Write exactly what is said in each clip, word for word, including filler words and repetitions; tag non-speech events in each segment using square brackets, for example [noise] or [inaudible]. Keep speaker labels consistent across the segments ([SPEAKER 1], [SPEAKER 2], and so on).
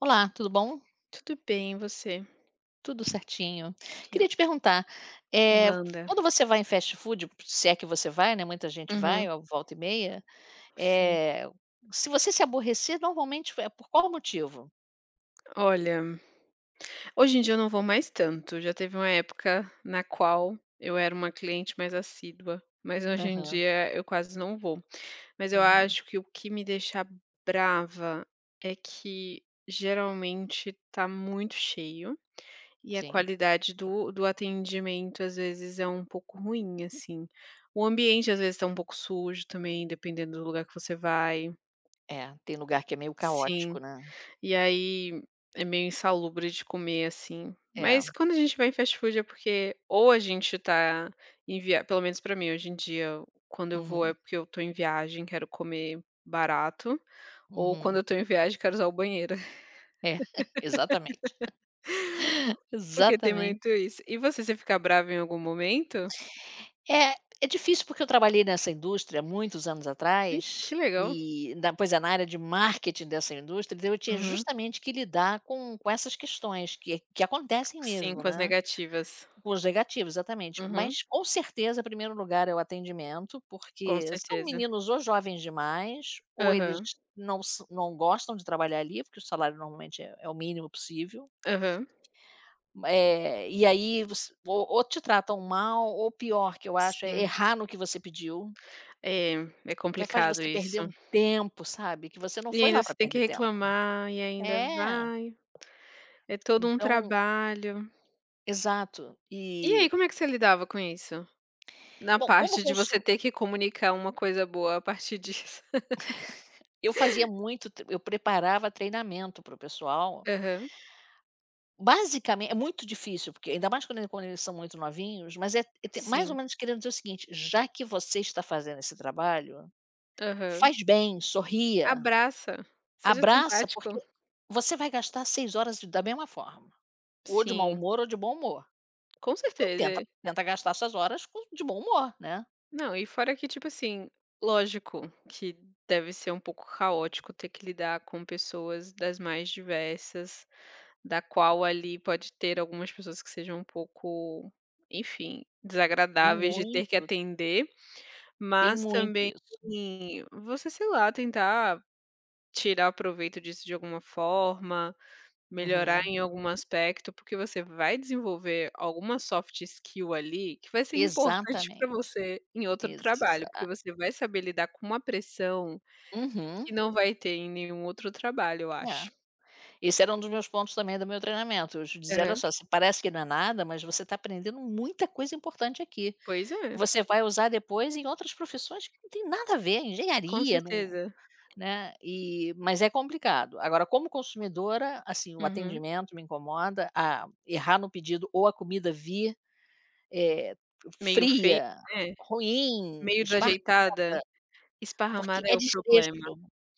[SPEAKER 1] Olá, tudo bom?
[SPEAKER 2] Tudo bem, e você?
[SPEAKER 1] Tudo certinho.
[SPEAKER 2] Que
[SPEAKER 1] Queria te
[SPEAKER 2] ótimo.
[SPEAKER 1] perguntar, eh,
[SPEAKER 2] Manda.
[SPEAKER 1] quando você vai em fast food, se é que você vai, né, muita gente vai,
[SPEAKER 2] Uhum,
[SPEAKER 1] ó, volta e meia,
[SPEAKER 2] sim.
[SPEAKER 1] eh, se você se aborrecer, normalmente é por qual motivo?
[SPEAKER 2] Olha, hoje em dia eu não vou mais tanto, já teve uma época na qual eu era uma cliente mais assídua, mas hoje em
[SPEAKER 1] Aham,
[SPEAKER 2] dia eu quase não vou. Mas eu
[SPEAKER 1] uhum,
[SPEAKER 2] acho que o que me deixa brava é que geralmente tá muito cheio e a
[SPEAKER 1] sim.
[SPEAKER 2] qualidade do do atendimento às vezes é um pouco ruim, assim. O ambiente às vezes tá um pouco sujo também, dependendo do lugar que você vai.
[SPEAKER 1] É, tem lugar que é meio caótico,
[SPEAKER 2] Sim.
[SPEAKER 1] né.
[SPEAKER 2] E aí é meio insalubre de comer, assim.
[SPEAKER 1] É,
[SPEAKER 2] Mas quando a gente vai em fast food é porque ou a gente tá em via pelo menos pra mim hoje em dia, quando eu vou
[SPEAKER 1] uhum,
[SPEAKER 2] é porque eu tô em viagem, quero comer barato, ou quando
[SPEAKER 1] uhum.
[SPEAKER 2] eu tô em viagem quero usar o banheiro, [laughs]
[SPEAKER 1] É, [laughs] exatamente.
[SPEAKER 2] porque tem muito
[SPEAKER 1] Exatamente.
[SPEAKER 2] isso. E você, se fica brava em algum momento?
[SPEAKER 1] É, é difícil porque eu trabalhei nessa indústria muitos anos atrás,
[SPEAKER 2] Que legal.
[SPEAKER 1] e na pois é, na área de marketing dessa indústria, então eu tinha
[SPEAKER 2] Uhum.
[SPEAKER 1] justamente que lidar com com essas questões que que acontecem
[SPEAKER 2] Sim,
[SPEAKER 1] mesmo,
[SPEAKER 2] com as
[SPEAKER 1] né,
[SPEAKER 2] negativas.
[SPEAKER 1] com os negativos, exatamente.
[SPEAKER 2] Uhum,
[SPEAKER 1] Mas com certeza, em primeiro lugar é o atendimento,
[SPEAKER 2] com
[SPEAKER 1] porque são
[SPEAKER 2] certeza.
[SPEAKER 1] meninos ou jovens demais, ou eles
[SPEAKER 2] Aham,
[SPEAKER 1] não s não gostam de trabalhar ali, porque o salário normalmente é é o mínimo possível.
[SPEAKER 2] aham.
[SPEAKER 1] Eh, e aí você ou ou te tratam mal, ou pior que eu acho, é
[SPEAKER 2] Sim.
[SPEAKER 1] errar no que você pediu.
[SPEAKER 2] É, é
[SPEAKER 1] Que é, faz
[SPEAKER 2] complicado
[SPEAKER 1] você perder
[SPEAKER 2] isso.
[SPEAKER 1] um tempo, sabe, que você não
[SPEAKER 2] E
[SPEAKER 1] foi
[SPEAKER 2] ainda
[SPEAKER 1] lá para
[SPEAKER 2] você tem que
[SPEAKER 1] perder tempo.
[SPEAKER 2] reclamar, e ainda
[SPEAKER 1] É,
[SPEAKER 2] vai. É todo um
[SPEAKER 1] então
[SPEAKER 2] trabalho.
[SPEAKER 1] exato.
[SPEAKER 2] E
[SPEAKER 1] E,
[SPEAKER 2] aí, como é que você lidava com isso? Na
[SPEAKER 1] bom, como
[SPEAKER 2] parte de você
[SPEAKER 1] consu
[SPEAKER 2] ter que comunicar uma coisa boa a partir disso.
[SPEAKER 1] eu fazia muito t eu preparava treinamento para o pessoal,
[SPEAKER 2] [laughs] Aham,
[SPEAKER 1] basicamente é muito difícil, porque ainda mais quando quando eles são muito novinhos, mas é é mais ou
[SPEAKER 2] sim.
[SPEAKER 1] menos querendo dizer o seguinte: "Já que você está fazendo esse trabalho,
[SPEAKER 2] Aham.
[SPEAKER 1] faz bem, sorria,
[SPEAKER 2] Abraça, seja
[SPEAKER 1] abraça, porque
[SPEAKER 2] simpático.
[SPEAKER 1] você vai gastar seis horas da mesma forma, ou de mau
[SPEAKER 2] Sim,
[SPEAKER 1] humor ou de bom humor".
[SPEAKER 2] com
[SPEAKER 1] Então tenta
[SPEAKER 2] certeza.
[SPEAKER 1] tenta gastar essas horas com de bom humor, né.
[SPEAKER 2] Não, e fora que, tipo assim, lógico que deve ser um pouco caótico ter que lidar com pessoas das mais diversas, da qual ali pode ter algumas pessoas que sejam um pouco, enfim,
[SPEAKER 1] Tem
[SPEAKER 2] desagradáveis de ter que
[SPEAKER 1] muito,
[SPEAKER 2] atender,
[SPEAKER 1] tem
[SPEAKER 2] mas
[SPEAKER 1] muito
[SPEAKER 2] também
[SPEAKER 1] isso.
[SPEAKER 2] você, sei lá, tentar tirar proveito disso de alguma forma, melhorar
[SPEAKER 1] Uhum.
[SPEAKER 2] em algum aspecto, porque você vai desenvolver alguma soft skill ali que vai ser importante para
[SPEAKER 1] Exatamente.
[SPEAKER 2] você em outro trabalho,
[SPEAKER 1] Exa
[SPEAKER 2] porque você vai saber lidar com uma pressão
[SPEAKER 1] uhum.
[SPEAKER 2] que não vai ter em nenhum outro trabalho, eu
[SPEAKER 1] É.
[SPEAKER 2] acho.
[SPEAKER 1] Esse era um dos meus pontos também do meu treinamento. Eu dizia: "Olha
[SPEAKER 2] Aham.
[SPEAKER 1] só, se parece que não é nada, mas você está aprendendo muita coisa importante aqui,
[SPEAKER 2] Pois
[SPEAKER 1] que
[SPEAKER 2] é,
[SPEAKER 1] você vai usar depois em outras profissões que não tem nada a ver,
[SPEAKER 2] com
[SPEAKER 1] engenharia, não",
[SPEAKER 2] certeza.
[SPEAKER 1] né, e mas é complicado. Agora como consumidora, assim, o
[SPEAKER 2] Uhum.
[SPEAKER 1] atendimento me incomoda, a errar no pedido ou a comida vir Eh,
[SPEAKER 2] Meio feia,
[SPEAKER 1] fria,
[SPEAKER 2] né,
[SPEAKER 1] ruim,
[SPEAKER 2] meio
[SPEAKER 1] espa
[SPEAKER 2] desajeitada,
[SPEAKER 1] porque
[SPEAKER 2] esparramada é
[SPEAKER 1] é
[SPEAKER 2] o
[SPEAKER 1] desleixo.
[SPEAKER 2] problema.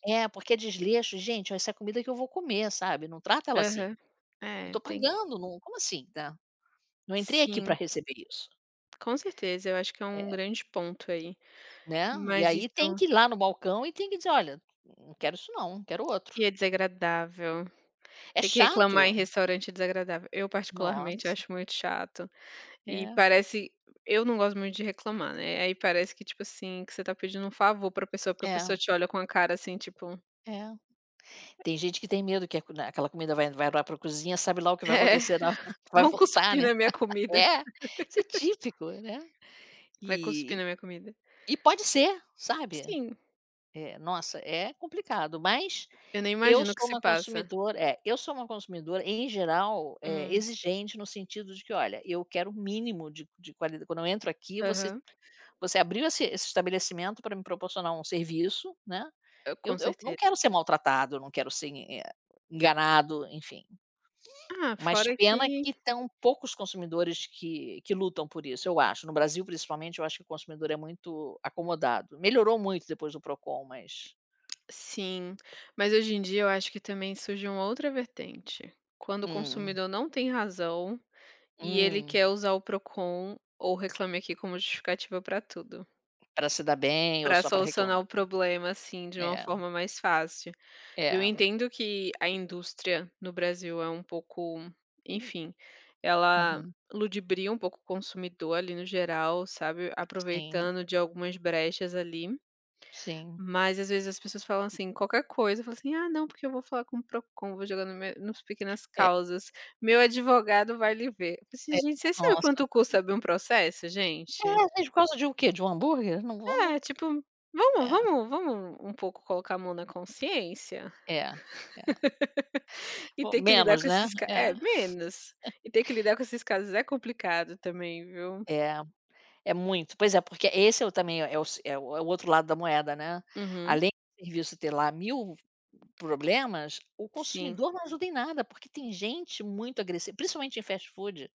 [SPEAKER 1] É, porque é desleixo. "Gente, ó, essa é a comida que eu vou comer", sabe, não trata ela assim.
[SPEAKER 2] Aham.
[SPEAKER 1] "Eu
[SPEAKER 2] É,
[SPEAKER 1] tô
[SPEAKER 2] tem que
[SPEAKER 1] pagando, não como assim, né, não entrei aqui pra
[SPEAKER 2] sim,
[SPEAKER 1] receber isso",
[SPEAKER 2] com certeza, eu acho que é um
[SPEAKER 1] é,
[SPEAKER 2] grande ponto aí.
[SPEAKER 1] né. E
[SPEAKER 2] Mas isso
[SPEAKER 1] aí tem que ir lá no balcão e tem que dizer: "Olha, não quero isso não, quero outro".
[SPEAKER 2] e é desagradável.
[SPEAKER 1] É
[SPEAKER 2] Ter que reclamar
[SPEAKER 1] chato.
[SPEAKER 2] em restaurante é desagradável. Eu particularmente
[SPEAKER 1] Nossa.
[SPEAKER 2] acho muito chato e
[SPEAKER 1] É,
[SPEAKER 2] parece eu não gosto muito de reclamar, né, aí parece que, tipo assim, que você tá pedindo um favor pra pessoa, porque a
[SPEAKER 1] é,
[SPEAKER 2] pessoa te olha com a cara, assim, tipo:
[SPEAKER 1] é. Tem gente que tem medo que a co né, aquela comida vai vai lá pra cozinha, sabe lá o que
[SPEAKER 2] [laughs]
[SPEAKER 1] vai
[SPEAKER 2] "É,
[SPEAKER 1] acontecer na hora [laughs] que vai
[SPEAKER 2] vão
[SPEAKER 1] voltar,
[SPEAKER 2] cuspir
[SPEAKER 1] né.
[SPEAKER 2] na minha comida,
[SPEAKER 1] É, isso é típico, né.
[SPEAKER 2] vai
[SPEAKER 1] E
[SPEAKER 2] cuspir
[SPEAKER 1] e
[SPEAKER 2] na minha comida".
[SPEAKER 1] e pode ser, sabe.
[SPEAKER 2] Sim,
[SPEAKER 1] Eh, nossa, é complicado, mas
[SPEAKER 2] eu nem
[SPEAKER 1] eu
[SPEAKER 2] imagino o que
[SPEAKER 1] sou
[SPEAKER 2] se
[SPEAKER 1] uma
[SPEAKER 2] passa.
[SPEAKER 1] consumidora é, eu sou uma consumidora, em geral, eh,
[SPEAKER 2] Hum,
[SPEAKER 1] exigente no sentido de que: "Olha, eu quero o mínimo de de qualida quando eu entro aqui, você
[SPEAKER 2] aham,
[SPEAKER 1] você abriu esse esse estabelecimento para me proporcionar um serviço, né,
[SPEAKER 2] hã,
[SPEAKER 1] eu
[SPEAKER 2] com
[SPEAKER 1] eu não
[SPEAKER 2] certeza.
[SPEAKER 1] quero ser maltratado, eu não quero ser, eh, enganado", enfim.
[SPEAKER 2] Ah,
[SPEAKER 1] Mas
[SPEAKER 2] fora
[SPEAKER 1] pena
[SPEAKER 2] que
[SPEAKER 1] que tão poucos consumidores que que lutam por isso, eu acho. No Brasil, principalmente, eu acho que o consumidor é muito acomodado. Melhorou muito depois do Procon, mas
[SPEAKER 2] sim, mas hoje em dia eu acho que também surge uma outra vertente, quando o
[SPEAKER 1] hum,
[SPEAKER 2] consumidor não tem razão e ele
[SPEAKER 1] hum,
[SPEAKER 2] quer usar o Procon ou Reclame Aqui como justificativa para tudo,
[SPEAKER 1] pra se dar bem ou
[SPEAKER 2] para
[SPEAKER 1] só para
[SPEAKER 2] solucionar
[SPEAKER 1] reclamar.
[SPEAKER 2] o problema, assim, de uma
[SPEAKER 1] É,
[SPEAKER 2] forma mais fácil. Eu
[SPEAKER 1] é.
[SPEAKER 2] entendo que a indústria no Brasil é um pouco, enfim, ela
[SPEAKER 1] Uhum.
[SPEAKER 2] ludibria um pouco o consumidor ali no geral, sabe,
[SPEAKER 1] Sim,
[SPEAKER 2] aproveitando de algumas brechas ali.
[SPEAKER 1] sim.
[SPEAKER 2] Mas às vezes as pessoas falam assim, qualquer coisa, eu falo assim: "Ah não, porque eu vou falar com o Procon, vou jogar no meu nos pequenas
[SPEAKER 1] É,
[SPEAKER 2] causas, meu advogado vai lhe ver". Eu falei assim:
[SPEAKER 1] é.
[SPEAKER 2] "Gente, você sabe
[SPEAKER 1] Nossa.
[SPEAKER 2] quanto custa abrir um processo,
[SPEAKER 1] É,
[SPEAKER 2] gente?".
[SPEAKER 1] gente, por causa de o quê? De um hambúrguer? Não vou não,
[SPEAKER 2] É, tipo, vamos
[SPEAKER 1] é,
[SPEAKER 2] vamos vamos um pouco colocar a mão na consciência
[SPEAKER 1] é, é.
[SPEAKER 2] [laughs] e
[SPEAKER 1] Bom,
[SPEAKER 2] ter que lidar
[SPEAKER 1] menos,
[SPEAKER 2] com
[SPEAKER 1] né?
[SPEAKER 2] esses ca
[SPEAKER 1] É,
[SPEAKER 2] é, menos. E ter que lidar com esses casos é complicado também, viu.
[SPEAKER 1] é. É muito. Pois é, porque esse é o também é o s é o é o outro lado da moeda, né.
[SPEAKER 2] Uhum.
[SPEAKER 1] Além do serviço ter lá mil problemas, o
[SPEAKER 2] Sim,
[SPEAKER 1] consumidor não ajuda em nada, porque tem gente muito agressiva, principalmente em fast food,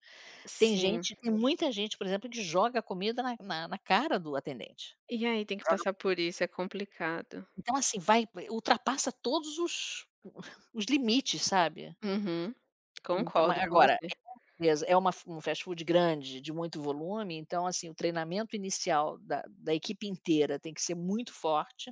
[SPEAKER 1] tem
[SPEAKER 2] sim.
[SPEAKER 1] gente tem muita gente, por exemplo, que joga a comida na na na cara do atendente.
[SPEAKER 2] E aí tem que
[SPEAKER 1] Joga
[SPEAKER 2] passar por isso, é complicado.
[SPEAKER 1] então assim, vai ultrapassa todos os [laughs] os limites, sabe.
[SPEAKER 2] Uhum.
[SPEAKER 1] Então, ma
[SPEAKER 2] Concordo com
[SPEAKER 1] agora
[SPEAKER 2] você.
[SPEAKER 1] Beleza, é uma f um fast food grande, de muito volume, então, assim, o treinamento inicial da da equipe inteira tem que ser muito forte.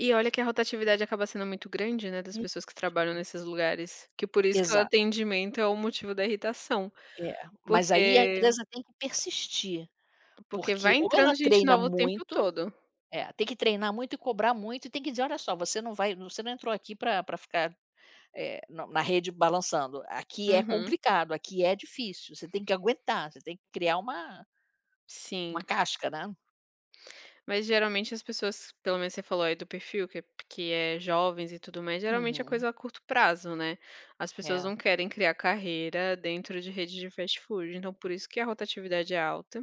[SPEAKER 2] E olha que a rotatividade acaba sendo muito grande, né, das
[SPEAKER 1] Hum.
[SPEAKER 2] pessoas que trabalham nesses lugares, que por isso que o
[SPEAKER 1] Exato,
[SPEAKER 2] atendimento é o motivo da irritação,
[SPEAKER 1] é. Mas aí a
[SPEAKER 2] porque
[SPEAKER 1] empresa tem que persistir,
[SPEAKER 2] porque
[SPEAKER 1] porque
[SPEAKER 2] vai
[SPEAKER 1] ou ela
[SPEAKER 2] entrando gente
[SPEAKER 1] treina
[SPEAKER 2] nova o tempo
[SPEAKER 1] muito
[SPEAKER 2] todo.
[SPEAKER 1] é, tem que treinar muito e cobrar muito e tem que dizer: "Olha só, você não vai você não entrou aqui para pra ficar, eh, na na rede balançando. Aqui é
[SPEAKER 2] Uhum,
[SPEAKER 1] complicado, aqui é difícil, você tem que aguentar, você tem que criar uma uma
[SPEAKER 2] sim.
[SPEAKER 1] casca, né".
[SPEAKER 2] Mas geralmente as pessoas, pelo menos você falou aí do perfil que é, que é jovens e tudo mais, geralmente é
[SPEAKER 1] Uhum.
[SPEAKER 2] coisa a curto prazo, né. As pessoas
[SPEAKER 1] É.
[SPEAKER 2] não querem criar carreira dentro de rede de fast food, então por isso que a rotatividade é alta.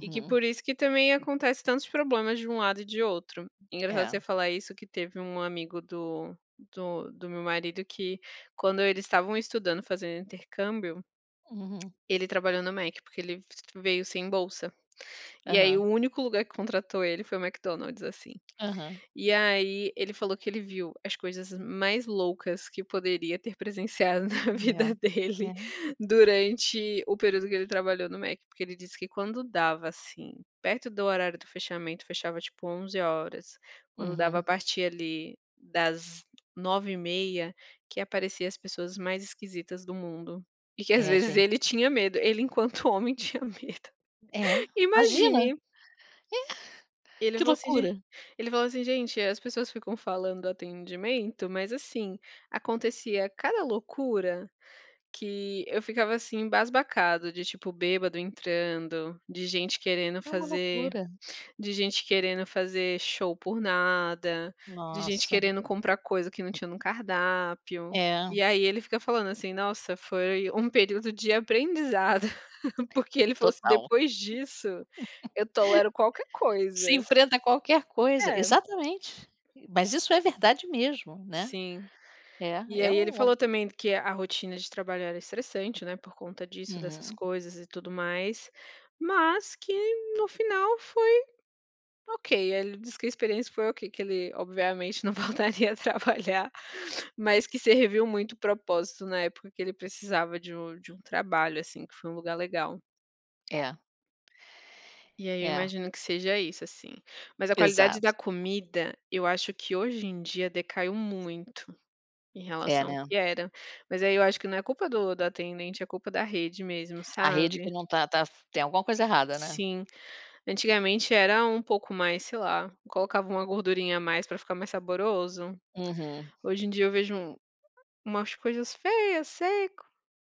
[SPEAKER 2] E que por isso que também acontece tantos problemas de um lado e de outro. Engraçado
[SPEAKER 1] É.
[SPEAKER 2] você falar isso, que teve um amigo do do do meu marido que, quando eles estavam estudando, fazendo intercâmbio,
[SPEAKER 1] Uhum.
[SPEAKER 2] ele trabalhou no Mac, porque ele veio sem bolsa. E aí
[SPEAKER 1] Aham,
[SPEAKER 2] o único lugar que contratou ele foi o McDonald's, assim.
[SPEAKER 1] aham.
[SPEAKER 2] E aí ele falou que ele viu as coisas mais loucas que poderia ter presenciado [laughs] na vida
[SPEAKER 1] É,
[SPEAKER 2] dele
[SPEAKER 1] é.
[SPEAKER 2] durante o período que ele trabalhou no Mac, porque ele disse que quando dava, assim, perto do horário do fechamento, fechava tipo vinte e três horas. Quando dava a
[SPEAKER 1] Uhum.
[SPEAKER 2] partir ali das vinte e uma hora e trinta, que aparecia as pessoas mais esquisitas do mundo. E que às
[SPEAKER 1] É,
[SPEAKER 2] vezes
[SPEAKER 1] gente.
[SPEAKER 2] ele tinha medo, ele enquanto homem [laughs] tinha medo.
[SPEAKER 1] É. Imagina,
[SPEAKER 2] Imagine ele
[SPEAKER 1] que
[SPEAKER 2] falou assim: "Gen"
[SPEAKER 1] loucura.
[SPEAKER 2] ele falou assim: "Gente, as pessoas ficam falando do atendimento, mas assim, acontecia cada loucura que eu ficava assim embasbacado de tipo bêbado entrando, de gente querendo
[SPEAKER 1] É uma
[SPEAKER 2] fazer
[SPEAKER 1] loucura.
[SPEAKER 2] de gente querendo fazer show por nada, de gente
[SPEAKER 1] Nossa.
[SPEAKER 2] querendo comprar coisa que não tinha no cardápio".
[SPEAKER 1] É,
[SPEAKER 2] E aí ele fica falando assim: "Nossa, foi um período de aprendizado", [laughs] porque ele falou assim:
[SPEAKER 1] total.
[SPEAKER 2] "Depois disso, eu tolero qualquer
[SPEAKER 1] Se
[SPEAKER 2] coisa".
[SPEAKER 1] enfrenta a qualquer coisa.
[SPEAKER 2] É,
[SPEAKER 1] Exatamente. Mas isso é verdade mesmo, né.
[SPEAKER 2] sim. E
[SPEAKER 1] É, é
[SPEAKER 2] aí ele
[SPEAKER 1] um
[SPEAKER 2] falou também que a rotina de trabalho era estressante, né, por conta disso, dessas
[SPEAKER 1] uhum.
[SPEAKER 2] coisas e tudo mais, mas que no final foi ok. Ele disse que a experiência foi ok, que ele obviamente não [laughs] voltaria a trabalhar, mas que serviu muito o propósito na época que ele precisava de um, de um trabalho, assim, que foi um lugar legal.
[SPEAKER 1] É,
[SPEAKER 2] E aí eu
[SPEAKER 1] é.
[SPEAKER 2] imagino que seja isso, assim. Mas a qualidade
[SPEAKER 1] Exato.
[SPEAKER 2] da comida, eu acho que hoje em dia decaiu muito. Em
[SPEAKER 1] É,
[SPEAKER 2] relação ao
[SPEAKER 1] né.
[SPEAKER 2] que era. Mas aí eu acho que não é culpa do do atendente, é culpa da rede mesmo,
[SPEAKER 1] A rede que
[SPEAKER 2] sabe.
[SPEAKER 1] não tá tá, tem alguma coisa errada, né.
[SPEAKER 2] Sim, antigamente era um pouco mais, sei lá, colocava uma gordurinha a mais pra ficar mais saboroso.
[SPEAKER 1] Uhum.
[SPEAKER 2] Hoje em dia eu vejo um- umas coisas feias, seco,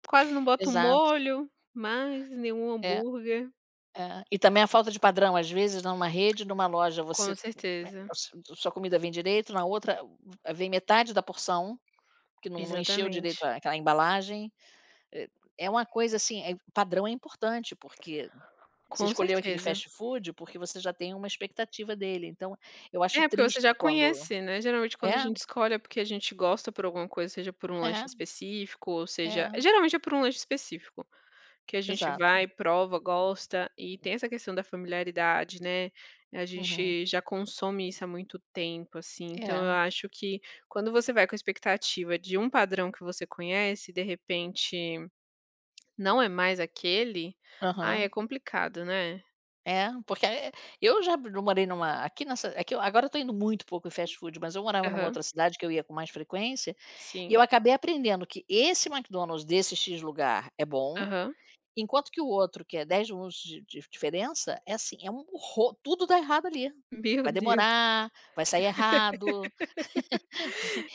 [SPEAKER 2] quase não boto
[SPEAKER 1] Exato.
[SPEAKER 2] molho, mais nenhum
[SPEAKER 1] É.
[SPEAKER 2] hambúrguer.
[SPEAKER 1] É, e também a falta de padrão, às vezes numa rede, numa loja,
[SPEAKER 2] Com
[SPEAKER 1] você, né,
[SPEAKER 2] certeza,
[SPEAKER 1] a sua comida vem direito, na outra eh, vem metade da porção, que não não encheu direito
[SPEAKER 2] exatamente,
[SPEAKER 1] a- aquela embalagem. Eh, é uma coisa assim, eh, padrão é importante, porque você
[SPEAKER 2] com
[SPEAKER 1] escolheu aquele
[SPEAKER 2] certeza.
[SPEAKER 1] fast food, porque você já tem uma expectativa dele, então eu acho
[SPEAKER 2] É, porque você
[SPEAKER 1] triste
[SPEAKER 2] já
[SPEAKER 1] quando
[SPEAKER 2] conhece, né. Geralmente quando a
[SPEAKER 1] é,
[SPEAKER 2] gente escolhe é porque a gente gosta por alguma coisa, seja por um lanche
[SPEAKER 1] é,
[SPEAKER 2] específico ou seja
[SPEAKER 1] é,
[SPEAKER 2] geralmente é por um lanche específico, que a gente
[SPEAKER 1] exato.
[SPEAKER 2] vai, prova, gosta e tem essa questão da familiaridade, né. A
[SPEAKER 1] Uhum.
[SPEAKER 2] gente já consome isso há muito tempo, assim, então
[SPEAKER 1] É,
[SPEAKER 2] eu acho que quando você vai com a expectativa de um padrão que você conhece de repente não é mais aquele, aí
[SPEAKER 1] aham.
[SPEAKER 2] é complicado, né.
[SPEAKER 1] É, porque é eu já eu morei numa aqui nessa aqui eu- agora eu estou indo muito pouco em fast food, mas eu morava numa
[SPEAKER 2] Aham,
[SPEAKER 1] outra cidade que eu ia com mais frequência, e eu
[SPEAKER 2] sim.
[SPEAKER 1] acabei aprendendo que esse McDonald's desse X lugar é bom,
[SPEAKER 2] Aham.
[SPEAKER 1] enquanto que o outro, que é dez minutos de de diferença, é assim, é um horror, tudo dá errado ali.
[SPEAKER 2] [laughs] Meu
[SPEAKER 1] Vai
[SPEAKER 2] Deus.
[SPEAKER 1] demorar, vai sair errado.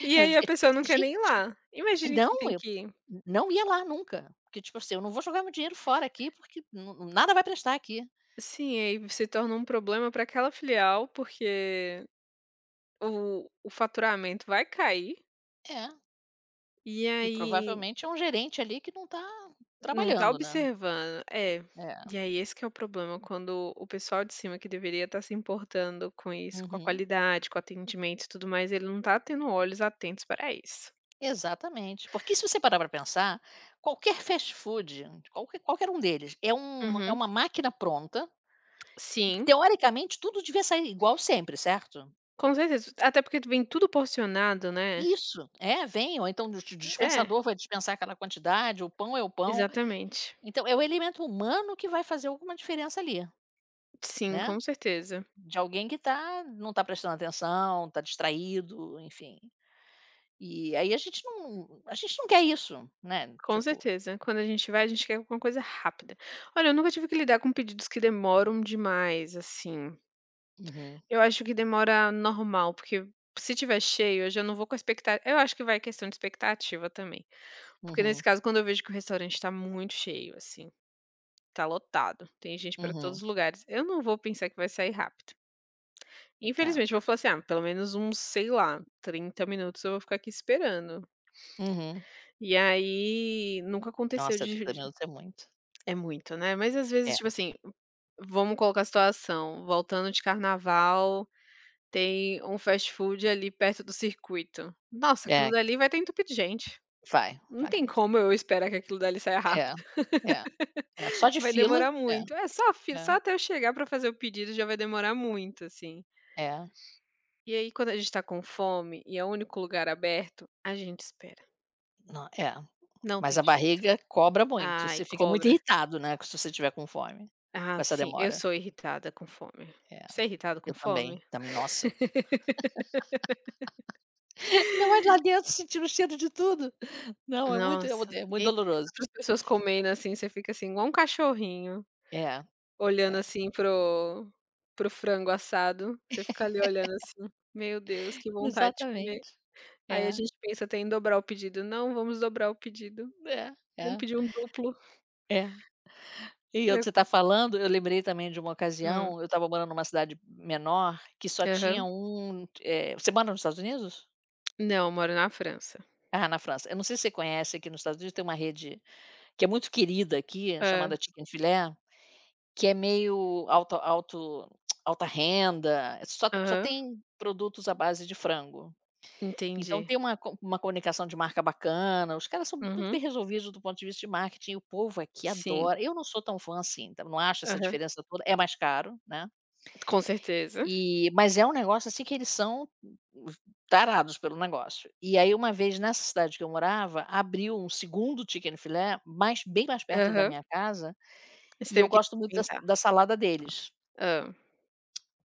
[SPEAKER 2] E
[SPEAKER 1] Eu-
[SPEAKER 2] aí a
[SPEAKER 1] É tipo
[SPEAKER 2] pessoa
[SPEAKER 1] assim:
[SPEAKER 2] não quer nem ir
[SPEAKER 1] "Gente",
[SPEAKER 2] lá. Imagine que
[SPEAKER 1] não,
[SPEAKER 2] tem
[SPEAKER 1] eu
[SPEAKER 2] que ir.
[SPEAKER 1] não ia lá nunca, porque tipo assim, eu não vou jogar meu dinheiro fora aqui, porque nu nada vai prestar aqui.
[SPEAKER 2] Sim, aí se torna um problema para aquela filial, porque o o faturamento vai cair,
[SPEAKER 1] É.
[SPEAKER 2] e
[SPEAKER 1] E
[SPEAKER 2] aí
[SPEAKER 1] provavelmente é um gerente ali que não está
[SPEAKER 2] não tá
[SPEAKER 1] trabalhando, né.
[SPEAKER 2] observando é.
[SPEAKER 1] É,
[SPEAKER 2] E aí esse que é o problema, quando o pessoal de cima que deveria estar se importando com isso, com a
[SPEAKER 1] uhum,
[SPEAKER 2] qualidade, com o atendimento e tudo mais, ele não tá tendo olhos atentos para isso.
[SPEAKER 1] exatamente. Porque se você parar para pensar, qualquer fast food, qualquer qualquer um deles, é um é
[SPEAKER 2] Uhum.
[SPEAKER 1] uma máquina pronta, porque
[SPEAKER 2] Sim,
[SPEAKER 1] teoricamente tudo devia sair igual sempre, certo?
[SPEAKER 2] com certeza. Até porque vem tudo porcionado, né.
[SPEAKER 1] Isso, é, vem ou então o dis
[SPEAKER 2] É,
[SPEAKER 1] dispensador vai dispensar aquela quantidade, o pão é o pão.
[SPEAKER 2] exatamente.
[SPEAKER 1] Então é o elemento humano que vai fazer alguma diferença ali,
[SPEAKER 2] Sim,
[SPEAKER 1] né,
[SPEAKER 2] com certeza.
[SPEAKER 1] de alguém que tá não está prestando atenção, está distraído, enfim. E aí a gente não a gente não quer isso, né,
[SPEAKER 2] Com
[SPEAKER 1] tipo
[SPEAKER 2] certeza. Quando a gente vai, a gente quer alguma coisa rápida. Olha, eu nunca tive que lidar com pedidos que demoram demais, assim.
[SPEAKER 1] uhum,
[SPEAKER 2] Eu acho que demora normal, porque se tiver cheio, eu já não vou com a expectativa. Eu acho que vai questão de expectativa também. Porque nesse
[SPEAKER 1] uhum,
[SPEAKER 2] caso, quando eu vejo que o restaurante tá muito cheio, assim, tá lotado, tem gente pra todos
[SPEAKER 1] uhum,
[SPEAKER 2] os lugares, eu não vou pensar que vai sair rápido.
[SPEAKER 1] é,
[SPEAKER 2] Infelizmente, eu vou falar assim, ah, pelo menos uns, sei lá, trinta minutos eu vou ficar aqui esperando.
[SPEAKER 1] uhum.
[SPEAKER 2] E aí, nunca aconteceu
[SPEAKER 1] Nossa,
[SPEAKER 2] de,
[SPEAKER 1] trinta
[SPEAKER 2] de-
[SPEAKER 1] minutos é muito.
[SPEAKER 2] É muito, né? Mas às
[SPEAKER 1] É,
[SPEAKER 2] vezes, tipo assim, vamos colocar a situação, voltando de carnaval, tem um fast food ali perto do circuito. Nossa, aquilo
[SPEAKER 1] é,
[SPEAKER 2] dali vai ter entupido de gente.
[SPEAKER 1] vai,
[SPEAKER 2] Não
[SPEAKER 1] vai.
[SPEAKER 2] tem como eu esperar que aquilo dali saia rápido.
[SPEAKER 1] É, é, é, só
[SPEAKER 2] [laughs]
[SPEAKER 1] de
[SPEAKER 2] Vai
[SPEAKER 1] fila,
[SPEAKER 2] demorar
[SPEAKER 1] é,
[SPEAKER 2] muito. É só fi
[SPEAKER 1] é,
[SPEAKER 2] só até eu chegar pra fazer o pedido já vai demorar muito, assim.
[SPEAKER 1] é,
[SPEAKER 2] E aí quando a gente tá com fome e é o único lugar aberto, a gente espera.
[SPEAKER 1] não, é,
[SPEAKER 2] Não
[SPEAKER 1] mas
[SPEAKER 2] tem
[SPEAKER 1] a
[SPEAKER 2] jeito.
[SPEAKER 1] barriga cobra muito, você
[SPEAKER 2] Ai,
[SPEAKER 1] fica muito
[SPEAKER 2] cobra.
[SPEAKER 1] irritado, né, se você tiver com fome, com
[SPEAKER 2] Ah,
[SPEAKER 1] essa
[SPEAKER 2] sim, eu
[SPEAKER 1] demora.
[SPEAKER 2] sou irritada com fome.
[SPEAKER 1] É,
[SPEAKER 2] Você é irritada
[SPEAKER 1] eu
[SPEAKER 2] com
[SPEAKER 1] também,
[SPEAKER 2] fome?
[SPEAKER 1] também, nossa. [laughs] Ainda mais lá dentro sentindo o cheiro de tudo. Não, é muito
[SPEAKER 2] Nossa,
[SPEAKER 1] é muito
[SPEAKER 2] e
[SPEAKER 1] doloroso.
[SPEAKER 2] outras pessoas comendo, assim, você fica assim igual um cachorrinho,
[SPEAKER 1] É,
[SPEAKER 2] olhando
[SPEAKER 1] é,
[SPEAKER 2] assim pro pro frango assado, você fica ali olhando assim: "Meu Deus, que vontade de
[SPEAKER 1] exatamente,
[SPEAKER 2] comer". Aí a
[SPEAKER 1] é.
[SPEAKER 2] gente pensa até em dobrar o pedido: "Não, vamos dobrar o pedido,
[SPEAKER 1] É,
[SPEAKER 2] vamos
[SPEAKER 1] é,
[SPEAKER 2] pedir um duplo
[SPEAKER 1] é. E eu
[SPEAKER 2] pra eu
[SPEAKER 1] você tá
[SPEAKER 2] co"
[SPEAKER 1] falando, eu lembrei também de uma
[SPEAKER 2] Hum,
[SPEAKER 1] ocasião, eu estava morando numa cidade menor que só tinha
[SPEAKER 2] aham.
[SPEAKER 1] um, eh, você mora nos Estados Unidos?
[SPEAKER 2] Não, eu moro na França.
[SPEAKER 1] Ah, na França. Eu não sei se você conhece aqui nos Estados Unidos, tem uma rede que é muito querida aqui,
[SPEAKER 2] Hã,
[SPEAKER 1] chamada Chicken Filé, que é meio alta alto alta renda, só só
[SPEAKER 2] aham,
[SPEAKER 1] tem produtos à base de frango. Então
[SPEAKER 2] entendi.
[SPEAKER 1] tem uma co uma comunicação de marca bacana, os caras são muito bem
[SPEAKER 2] Uhum,
[SPEAKER 1] resolvidos do ponto de vista de marketing, o povo aqui
[SPEAKER 2] sim,
[SPEAKER 1] adora. Eu não sou tão fã assim, então não acho essa
[SPEAKER 2] aham,
[SPEAKER 1] diferença toda, é mais caro, né,
[SPEAKER 2] com certeza.
[SPEAKER 1] e mas é um negócio assim que eles são tarados pelo negócio. E aí uma vez nessa cidade que eu morava, abriu um segundo Chicken Filé, mas bem mais perto da
[SPEAKER 2] Aham,
[SPEAKER 1] minha casa,
[SPEAKER 2] você
[SPEAKER 1] e eu
[SPEAKER 2] teve que
[SPEAKER 1] gosto muito da
[SPEAKER 2] experimentar.
[SPEAKER 1] da salada deles.
[SPEAKER 2] Hã,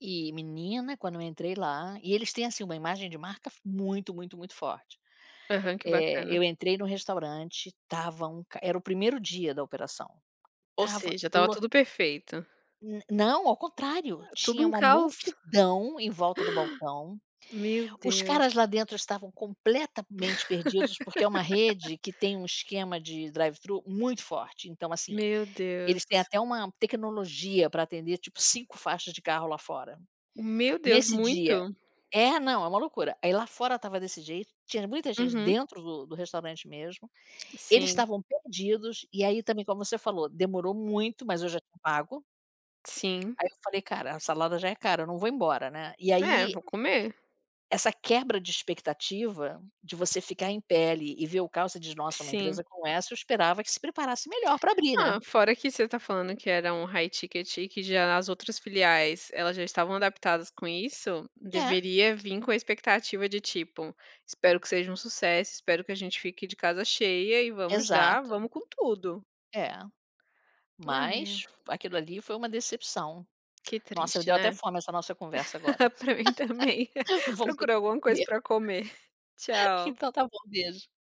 [SPEAKER 1] E menina, quando eu entrei lá e eles têm, assim, uma imagem de marca muito, muito, muito forte.
[SPEAKER 2] aham, que
[SPEAKER 1] Eh,
[SPEAKER 2] bacana.
[SPEAKER 1] eu entrei no restaurante, estava um ca era o primeiro dia da operação.
[SPEAKER 2] Ou
[SPEAKER 1] Tava
[SPEAKER 2] seja, estava
[SPEAKER 1] lo
[SPEAKER 2] tudo perfeito.
[SPEAKER 1] n não, ao contrário,
[SPEAKER 2] Tudo
[SPEAKER 1] tinha
[SPEAKER 2] um
[SPEAKER 1] uma
[SPEAKER 2] caos.
[SPEAKER 1] multidão em volta do balcão,
[SPEAKER 2] Meu
[SPEAKER 1] os
[SPEAKER 2] Deus,
[SPEAKER 1] caras lá dentro estavam completamente perdidos, porque é uma rede que tem um esquema de drive-thru muito forte, então assim,
[SPEAKER 2] meu
[SPEAKER 1] eles
[SPEAKER 2] Deus,
[SPEAKER 1] têm até uma tecnologia para atender, tipo, cinco faixas de carro lá fora.
[SPEAKER 2] meu Deus,
[SPEAKER 1] Nesse
[SPEAKER 2] muito.
[SPEAKER 1] dia é, não, é uma loucura. Aí lá fora estava desse jeito, tinha muita gente
[SPEAKER 2] Uhum.
[SPEAKER 1] dentro do do restaurante mesmo. Eles
[SPEAKER 2] Sim,
[SPEAKER 1] estavam perdidos, e aí também, como você falou, demorou muito, mas eu já tinha pago.
[SPEAKER 2] sim.
[SPEAKER 1] Aí eu falei: "Cara, a salada já é cara, eu não vou embora, né". E
[SPEAKER 2] É,
[SPEAKER 1] aí,
[SPEAKER 2] vou comer,
[SPEAKER 1] essa quebra de expectativa, de você ficar em pele e ver o carro, você diz: "Nossa, uma
[SPEAKER 2] sim.
[SPEAKER 1] empresa como essa, eu esperava que se preparasse melhor para abrir, né".
[SPEAKER 2] Ah, fora que você tá falando que era um high ticket e que já as outras filiais, elas já estavam adaptadas com isso,
[SPEAKER 1] É,
[SPEAKER 2] deveria vir com a expectativa de tipo: "Espero que seja um sucesso, espero que a gente fique de casa cheia e vamos dar,
[SPEAKER 1] exato.
[SPEAKER 2] vamos com tudo".
[SPEAKER 1] É,
[SPEAKER 2] Ai,
[SPEAKER 1] mas aquilo ali foi uma decepção.
[SPEAKER 2] que
[SPEAKER 1] Nossa, me
[SPEAKER 2] triste,
[SPEAKER 1] deu até
[SPEAKER 2] né.
[SPEAKER 1] fome essa nossa conversa agora.
[SPEAKER 2] [laughs] Pra mim também.
[SPEAKER 1] [laughs]
[SPEAKER 2] [laughs]
[SPEAKER 1] Vamos ter que
[SPEAKER 2] Procurar alguma coisa
[SPEAKER 1] comer.
[SPEAKER 2] pra comer. Tchau.
[SPEAKER 1] Então tá bom, beijo.